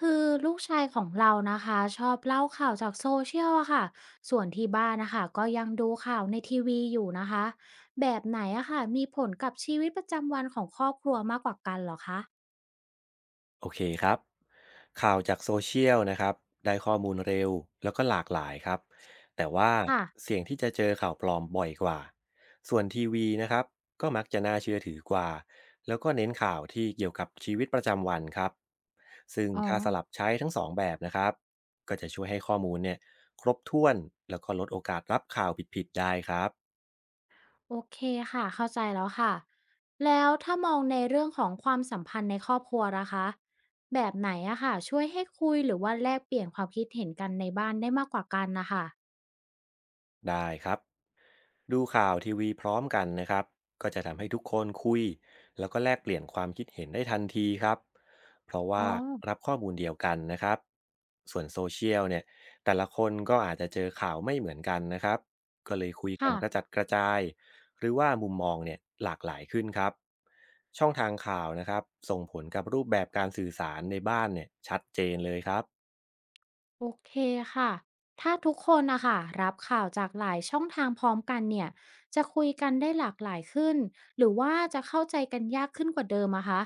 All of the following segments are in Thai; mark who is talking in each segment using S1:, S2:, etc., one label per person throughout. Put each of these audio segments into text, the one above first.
S1: คือลูกชายของเรานะคะชอบเล่าข่าวจากโซเชียลอะค่ะส่วนที่บ้านนะคะก็ยังดูข่าวในทีวีอยู่นะคะแบบไหนอะค่ะมีผลกับชีวิตประจำวันของครอบครัวมากกว่ากันเหรอคะ
S2: โอเคครับข่าวจากโซเชียลนะครับได้ข้อมูลเร็วแล้วก็หลากหลายครับแต่ว่า
S1: ค่ะ
S2: เสี่ยงที่จะเจอข่าวปลอมบ่อยกว่าส่วนทีวีนะครับก็มักจะน่าเชื่อถือกว่าแล้วก็เน้นข่าวที่เกี่ยวกับชีวิตประจำวันครับซึ่ง
S1: อ๋อ
S2: ถ้าสลับใช้ทั้งสองแบบนะครับก็จะช่วยให้ข้อมูลเนี่ยครบถ้วนแล้วก็ลดโอกาสรับข่าวผิดๆได้ครับ
S1: โอเคค่ะเข้าใจแล้วค่ะแล้วถ้ามองในเรื่องของความสัมพันธ์ในครอบครัวนะคะแบบไหนอะค่ะช่วยให้คุยหรือว่าแลกเปลี่ยนความคิดเห็นกันในบ้านได้มากกว่ากันนะคะ
S2: ได้ครับ ดูข่าวทีวีพร้อมกันนะครับก็จะทำให้ทุกคนคุยแล้วก็แลกเปลี่ยนความคิดเห็นได้ทันทีครับเพราะ
S1: อ๋
S2: ว่า
S1: อ
S2: รับข้อมูลเดียวกันนะครับส่วนโซเชียลเนี่ยแต่ละคนก็อาจจะเจอข่าวไม่เหมือนกันนะครับก็เลยคุยกัน
S1: ค่ะ
S2: กระจัดกระจายหรือว่ามุมมองเนี่ยหลากหลายขึ้นครับช่องทางข่าวนะครับส่งผลกับรูปแบบการสื่อสารในบ้านเนี่ยชัดเจนเลยครับ
S1: โอเคค่ะถ้าทุกคนนะคะรับข่าวจากหลายช่องทางพร้อมกันเนี่ยจะคุยกันได้หลากหลายขึ้นหรือว่าจะเข้าใจกันยากขึ้นกว่าเดิมอะคะ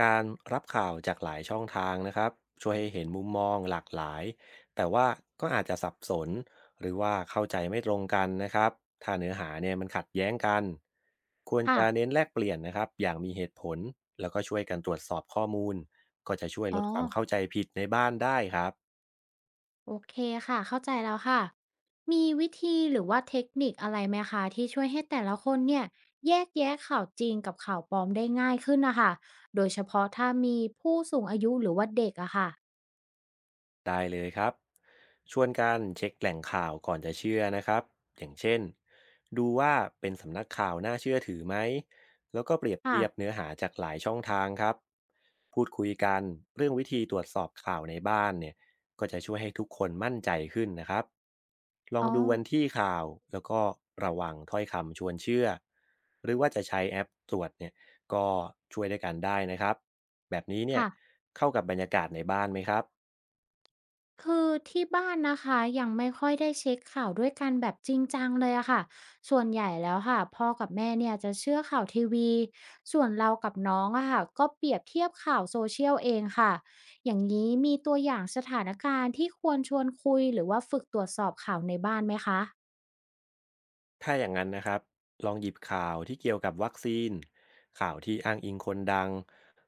S2: การรับข่าวจากหลายช่องทางนะครับช่วยให้เห็นมุมมองหลากหลายแต่ว่าก็อาจจะสับสนหรือว่าเข้าใจไม่ตรงกันนะครับถ้าเนื้อหาเนี่ยมันขัดแย้งกันควร
S1: ค่ะ
S2: จะเน้นแลกเปลี่ยนนะครับอย่างมีเหตุผลแล้วก็ช่วยกันตรวจสอบข้อมูลก็จะช่วย
S1: อ๋
S2: ล
S1: อ
S2: ดความเข้าใจผิดในบ้านได้ครับ
S1: โอเคค่ะเข้าใจแล้วค่ะมีวิธีหรือว่าเทคนิคอะไรไหมคะที่ช่วยให้แต่ละคนเนี่ยแยกแยะข่าวจริงกับข่าวปลอมได้ง่ายขึ้นนะคะโดยเฉพาะถ้ามีผู้สูงอายุหรือว่าเด็กอะค่ะ
S2: ได้เลยครับชวนกันเช็คแหล่งข่าวก่อนจะเชื่อนะครับอย่างเช่นดูว่าเป็นสำนักข่าวน่าเชื่อถือไหมแล้วก็เปรียบ
S1: ค่ะ
S2: เทียบเนื้อหาจากหลายช่องทางครับพูดคุยกันเรื่องวิธีตรวจสอบข่าวในบ้านเนี่ยก็จะช่วยให้ทุกคนมั่นใจขึ้นนะครับลอง
S1: อ๋อ
S2: ดูวันที่ข่าวแล้วก็ระวังถ้อยคำชวนเชื่อหรือว่าจะใช้แอปตรวจเนี่ยก็ช่วยด้วยกันได้นะครับแบบนี้เนี่ย
S1: ค่ะ
S2: เข้ากับบรรยากาศในบ้านไหมครับ
S1: คือที่บ้านนะคะยังไม่ค่อยได้เช็คข่าวด้วยกันแบบจริงจังเลยอะค่ะส่วนใหญ่แล้วค่ะพ่อกับแม่เนี่ยจะเชื่อข่าวทีวีส่วนเรากับน้องอะค่ะก็เปรียบเทียบข่าวโซเชียลเองค่ะอย่างนี้มีตัวอย่างสถานการณ์ที่ควรชวนคุยหรือว่าฝึกตรวจสอบข่าวในบ้านไหมคะ
S2: ถ้าอย่างนั้นนะครับลองหยิบข่าวที่เกี่ยวกับวัคซีนข่าวที่อ้างอิงคนดัง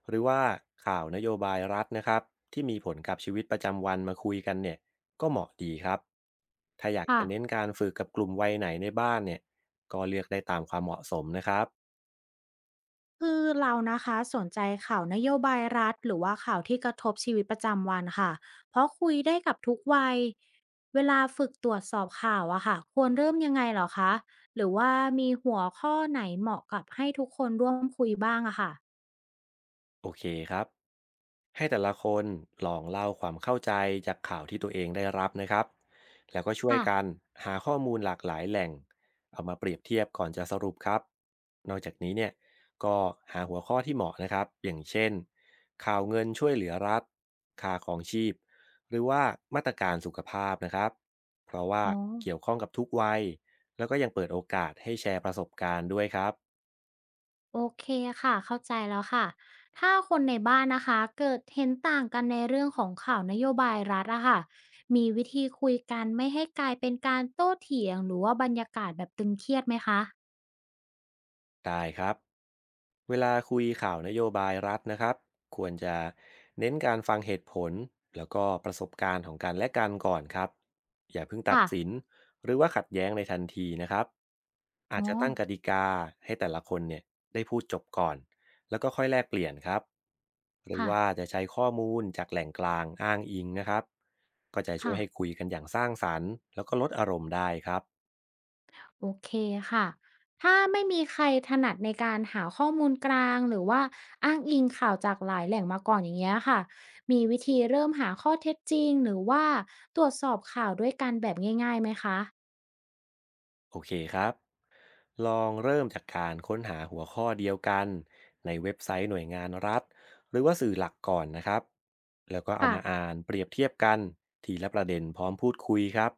S2: หรือว่าข่าวนโยบายรัฐนะครับที่มีผลกับชีวิตประจำวันมาคุยกันเนี่ยก็เหมาะดีครับถ้าอยาก
S1: ค่ะ
S2: จะเน้นการฝึกกับกลุ่มวัยไหนในบ้านเนี่ยก็เลือกได้ตามความเหมาะสมนะครับ
S1: คือเรานะคะสนใจข่าวนโยบายรัฐหรือว่าข่าวที่กระทบชีวิตประจำวันค่ะเพราะคุยได้กับทุกวัยเวลาฝึกตรวจสอบข่าวอะค่ะควรเริ่มยังไงเหรอคะหรือว่ามีหัวข้อไหนเหมาะกับให้ทุกคนร่วมคุยบ้างอะค่ะ
S2: โอเคครับให้แต่ละคนลองเล่าความเข้าใจจากข่าวที่ตัวเองได้รับนะครับแล้วก็ช่วย
S1: ค่ะ
S2: กันหาข้อมูลหลากหลายแหล่งเอามาเปรียบเทียบก่อนจะสรุปครับนอกจากนี้เนี่ยก็หาหัวข้อที่เหมาะนะครับอย่างเช่นข่าวเงินช่วยเหลือรัฐค่าของชีพหรือว่ามาตรการสุขภาพนะครับเพราะว่า
S1: อ๋อ
S2: เกี่ยวข้องกับทุกวัยแล้วก็ยังเปิดโอกาสให้แชร์ประสบการณ์ด้วยครับ
S1: โอเคค่ะเข้าใจแล้วค่ะถ้าคนในบ้านนะคะเกิดเห็นต่างกันในเรื่องของข่าวนโยบายรัฐอะค่ะมีวิธีคุยกันไม่ให้กลายเป็นการโต้เถียงหรือว่าบรรยากาศแบบตึงเครียดไหมคะ
S2: ได้ครับเวลาคุยข่าวนโยบายรัฐนะครับควรจะเน้นการฟังเหตุผลแล้วก็ประสบการณ์ของกันและกันก่อนครับอย่าเพิ่งตัด
S1: ค่ะ
S2: สินหรือว่าขัดแย้งในทันทีนะครับอาจ
S1: อ๋อ
S2: จะตั้งกติกาให้แต่ละคนเนี่ยได้พูดจบก่อนแล้วก็ค่อยแลกเปลี่ยนครับหรือ
S1: ค่ะ
S2: ว่าจะใช้ข้อมูลจากแหล่งกลางอ้างอิงนะครับก็จะช่ว
S1: ค่ะ
S2: ยให้คุยกันอย่างสร้างสรรค์แล้วก็ลดอารมณ์ได้ครับ
S1: โอเคค่ะ ถ้าไม่มีใครถนัดในการหาข้อมูลกลางหรือว่าอ้างอิงข่าวจากหลายแหล่งมาก่อนอย่างเงี้ยค่ะ มีวิธีเริ่มหาข้อเท็จจริงหรือว่าตรวจสอบข่าวด้วยกันแบบง่ายๆไหมคะ
S2: โอเคครับ ลองเริ่มจากการค้นหาหัวข้อเดียวกันในเว็บไซต์หน่วยงานรัฐหรือว่าสื่อหลักก่อนนะครับแล้วก็เอา
S1: ค่ะ
S2: มาอ่านเปรียบเทียบกันทีละประเด็นพร้อมพูดคุยครับ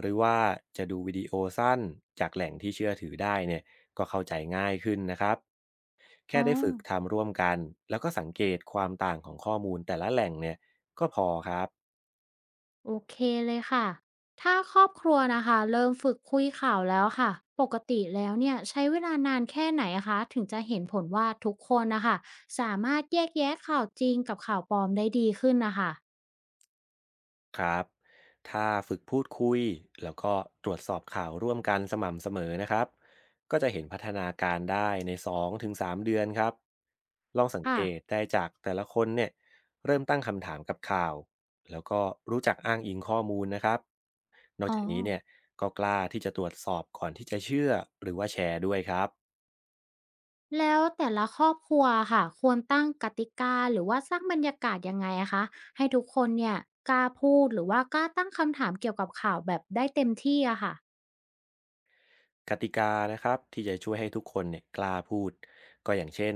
S2: หรือว่าจะดูวิดีโอสั้นจากแหล่งที่เชื่อถือได้เนี่ยก็เข้าใจง่ายขึ้นนะครับแค่
S1: อ๋อ
S2: ได้ฝึกทำร่วมกันแล้วก็สังเกตความต่างของข้อมูลแต่ละแหล่งเนี่ยก็พอครับ
S1: โอเคเลยค่ะถ้าครอบครัวนะคะเริ่มฝึกคุยข่าวแล้วค่ะปกติแล้วเนี่ยใช้เวลานานแค่ไหนคะถึงจะเห็นผลว่าทุกคนนะคะสามารถแยกแยะข่าวจริงกับข่าวปลอมได้ดีขึ้นนะคะ
S2: ครับถ้าฝึกพูดคุยแล้วก็ตรวจสอบข่าวร่วมกันสม่ำเสมอนะครับก็จะเห็นพัฒนาการได้ใน2ถึง3เดือนครับลองสัง
S1: ค่ะ
S2: เกตได้จากแต่ละคนเนี่ยเริ่มตั้งคำถามกับข่าวแล้วก็รู้จักอ้างอิงข้อมูลนะครับนอก
S1: อ๋อ
S2: จากนี้เนี่ยก็กล้าที่จะตรวจสอบก่อนที่จะเชื่อหรือว่าแชร์ด้วยครับ
S1: แล้วแต่ละครอบครัวค่ะควรตั้งกติกาหรือว่าสร้างบรรยากาศยังไงอะคะให้ทุกคนเนี่ยกล้าพูดหรือว่ากล้าตั้งคำถามเกี่ยวกับข่าวแบบได้เต็มที่อะค่ะ
S2: กติกานะครับที่จะช่วยให้ทุกคนเนี่ยกล้าพูดก็อย่างเช่น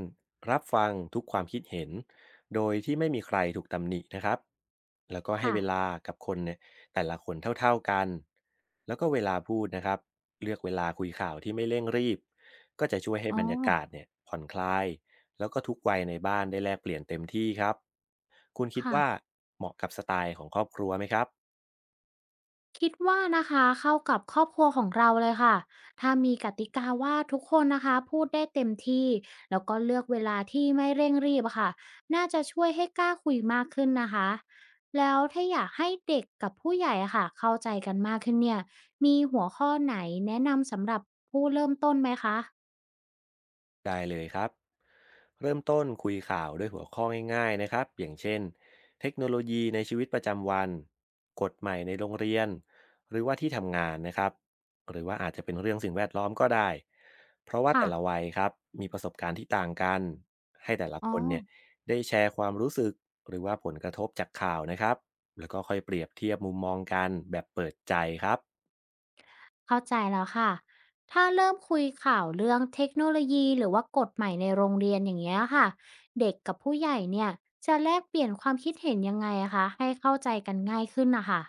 S2: รับฟังทุกความคิดเห็นโดยที่ไม่มีใครถูกตำหนินะครับแล้วก็ให้
S1: ค่ะ
S2: เวลากับคนเนี่ยแต่ละคนเท่าๆกันแล้วก็เวลาพูดนะครับเลือกเวลาคุยข่าวที่ไม่เร่งรีบก็จะช่วยให้
S1: อ๋อ
S2: บรรยากาศเนี่ยผ่อนคลายแล้วก็ทุกวัยในบ้านได้แลกเปลี่ยนเต็มที่ครับคุณคิด
S1: ค่ะ
S2: ว่าเหมาะกับสไตล์ของครอบครัวไหมครับ
S1: คิดว่านะคะเข้ากับครอบครัวของเราเลยค่ะถ้ามีกติกาว่าทุกคนนะคะพูดได้เต็มที่แล้วก็เลือกเวลาที่ไม่เร่งรีบอะค่ะน่าจะช่วยให้กล้าคุยมากขึ้นนะคะแล้วถ้าอยากให้เด็กกับผู้ใหญ่อะค่ะเข้าใจกันมากขึ้นเนี่ยมีหัวข้อไหนแนะนำสำหรับผู้เริ่มต้นไหมคะ
S2: ได้เลยครับ เริ่มต้นคุยข่าวด้วยหัวข้อง่ายๆนะครับอย่างเช่นเทคโนโลยีในชีวิตประจำวันกฎใหม่ในโรงเรียนหรือว่าที่ทำงานนะครับหรือว่าอาจจะเป็นเรื่องสิ่งแวดล้อมก็ได้เพราะว่า
S1: ค่ะ
S2: แต่ละวัยครับมีประสบการณ์ที่ต่างกันให้แต่ละ
S1: อ๋อ
S2: คนเนี่ยได้แชร์ความรู้สึกหรือว่าผลกระทบจากข่าวนะครับแล้วก็ค่อยเปรียบเทียบมุมมองกันแบบเปิดใจครับ
S1: เข้าใจแล้วค่ะ ถ้าเริ่มคุยข่าวเรื่องเทคโนโลยีหรือว่ากฎใหม่ในโรงเรียนอย่างเงี้ยค่ะเด็กกับผู้ใหญ่เนี่ยจะแลกเปลี่ยนความคิดเห็นยังไงอะคะให้เข้าใจกันง่ายขึ้นนะคะ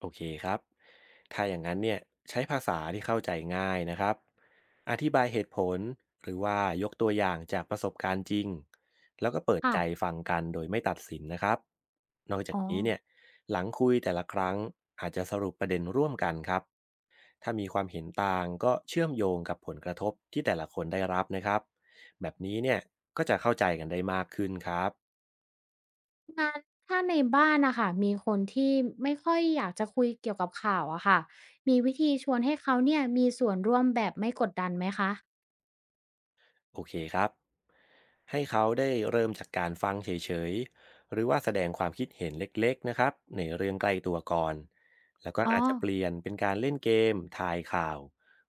S2: โอเคครับถ้าอย่างนั้นเนี่ยใช้ภาษาที่เข้าใจง่ายนะครับอธิบายเหตุผลหรือว่ายกตัวอย่างจากประสบการณ์จริง แล้วก็เปิดใจ
S1: ค่ะ
S2: ฟังกันโดยไม่ตัดสินนะครับนอกจา
S1: อ๋
S2: ก
S1: อ
S2: นี้เนี่ยหลังคุยแต่ละครั้งอาจจะสรุปประเด็นร่วมกันครับถ้ามีความเห็นต่างก็เชื่อมโยงกับผลกระทบที่แต่ละคนได้รับนะครับแบบนี้เนี่ยก็จะเข้าใจกันได้มากขึ้นครับ
S1: งั้นถ้าในบ้านนะคะมีคนที่ไม่ค่อยอยากจะคุยเกี่ยวกับข่าวอะค่ะมีวิธีชวนให้เขาเนี่ยมีส่วนร่วมแบบไม่กดดันไหมคะ
S2: โอเคครับ ให้เขาได้เริ่มจากการฟังเฉยๆหรือว่าแสดงความคิดเห็นเล็กๆนะครับในเรื่องใกล้ตัวก่อน แล้วก็
S1: อ๋อ
S2: อาจจะเปลี่ยนเป็นการเล่นเกมทายข่าว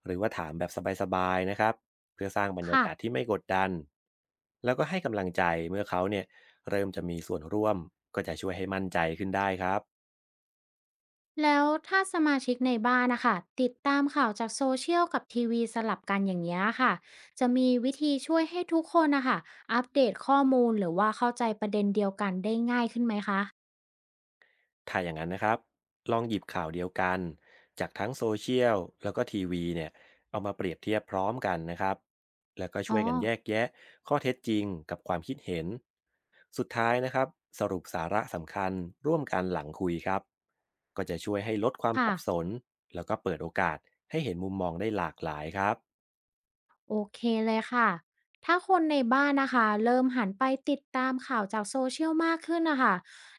S2: หรือว่าถามแบบสบายๆนะครับเพื่อสร้างบรรยา
S1: ค่ะ
S2: กาศที่ไม่กดดัน แล้วก็ให้กำลังใจเมื่อเขาเนี่ยเริ่มจะมีส่วนร่วม ก็จะช่วยให้มั่นใจขึ้นได้ครับ
S1: แล้วถ้าสมาชิกในบ้านนะคะติดตามข่าวจากโซเชียลกับทีวีสลับกันอย่างนี้ยค่ะจะมีวิธีช่วยให้ทุกคนนะคะอัปเดตข้อมูลหรือว่าเข้าใจประเด็นเดียวกันได้ง่ายขึ้นไหมคะ
S2: ถ้าอย่างนั้นนะครับลองหยิบข่าวเดียวกันจากทั้งโซเชียลแล้วก็ทีวีเนี่ยเอามาเปรียบเทียบพร้อมกันนะครับแล้วก็
S1: อ๋
S2: ช่
S1: อ
S2: วยกันแยกแยะข้อเท็จจริงกับความคิดเห็น สุดท้ายนะครับสรุปสาระสำคัญร่วมกันหลังคุยครับก็จะช่วยให้ลดความ
S1: ค่ะ
S2: สับสนแล้วก็เปิดโอกาสให้เห็นมุมมองได้หลากหลายครับ
S1: โอเคเลยค่ะถ้าคนในบ้านนะคะเริ่มหันไปติดตามข่าวจากโซเชียลมากขึ้นนะคะ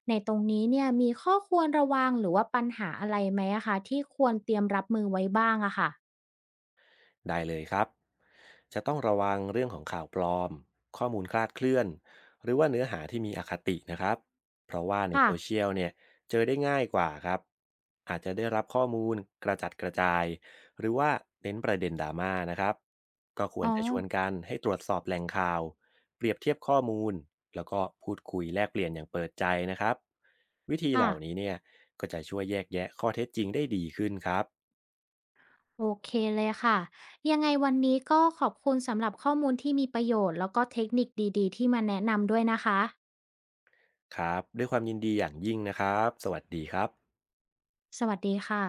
S1: ในตรงนี้เนี่ยมีข้อควรระวังหรือว่าปัญหาอะไรไหมอะคะที่ควรเตรียมรับมือไว้บ้างอะค่ะ
S2: ได้เลยครับจะต้องระวังเรื่องของข่าวปลอมข้อมูลคลาดเคลื่อนหรือว่าเนื้อหาที่มีอคตินะครับเพราะว่าใน
S1: ค่ะ
S2: โซเชียลเนี่ยเจอได้ง่ายกว่าครับอาจจะได้รับข้อมูลกระจัดกระจายหรือว่าเน้นประเด็นดราม่านะครับก็คว
S1: อ๋
S2: ร
S1: อ
S2: จะชวนกันให้ตรวจสอบแหล่งข่าวเปรียบเทียบข้อมูลแล้วก็พูดคุยแลกเปลี่ยนอย่างเปิดใจนะครับวิธีเห
S1: ค่ะ
S2: ล่านี้เนี่ยก็จะช่วยแยกแยะข้อเท็จจริงได้ดีขึ้นครับ
S1: โอเคเลยค่ะยังไงวันนี้ก็ขอบคุณสำหรับข้อมูลที่มีประโยชน์แล้วก็เทคนิคดีๆที่มาแนะนำด้วยนะคะ
S2: ครับด้วยความยินดีอย่างยิ่งนะครับสวัสดีครับ
S1: สวัสดีค่ะ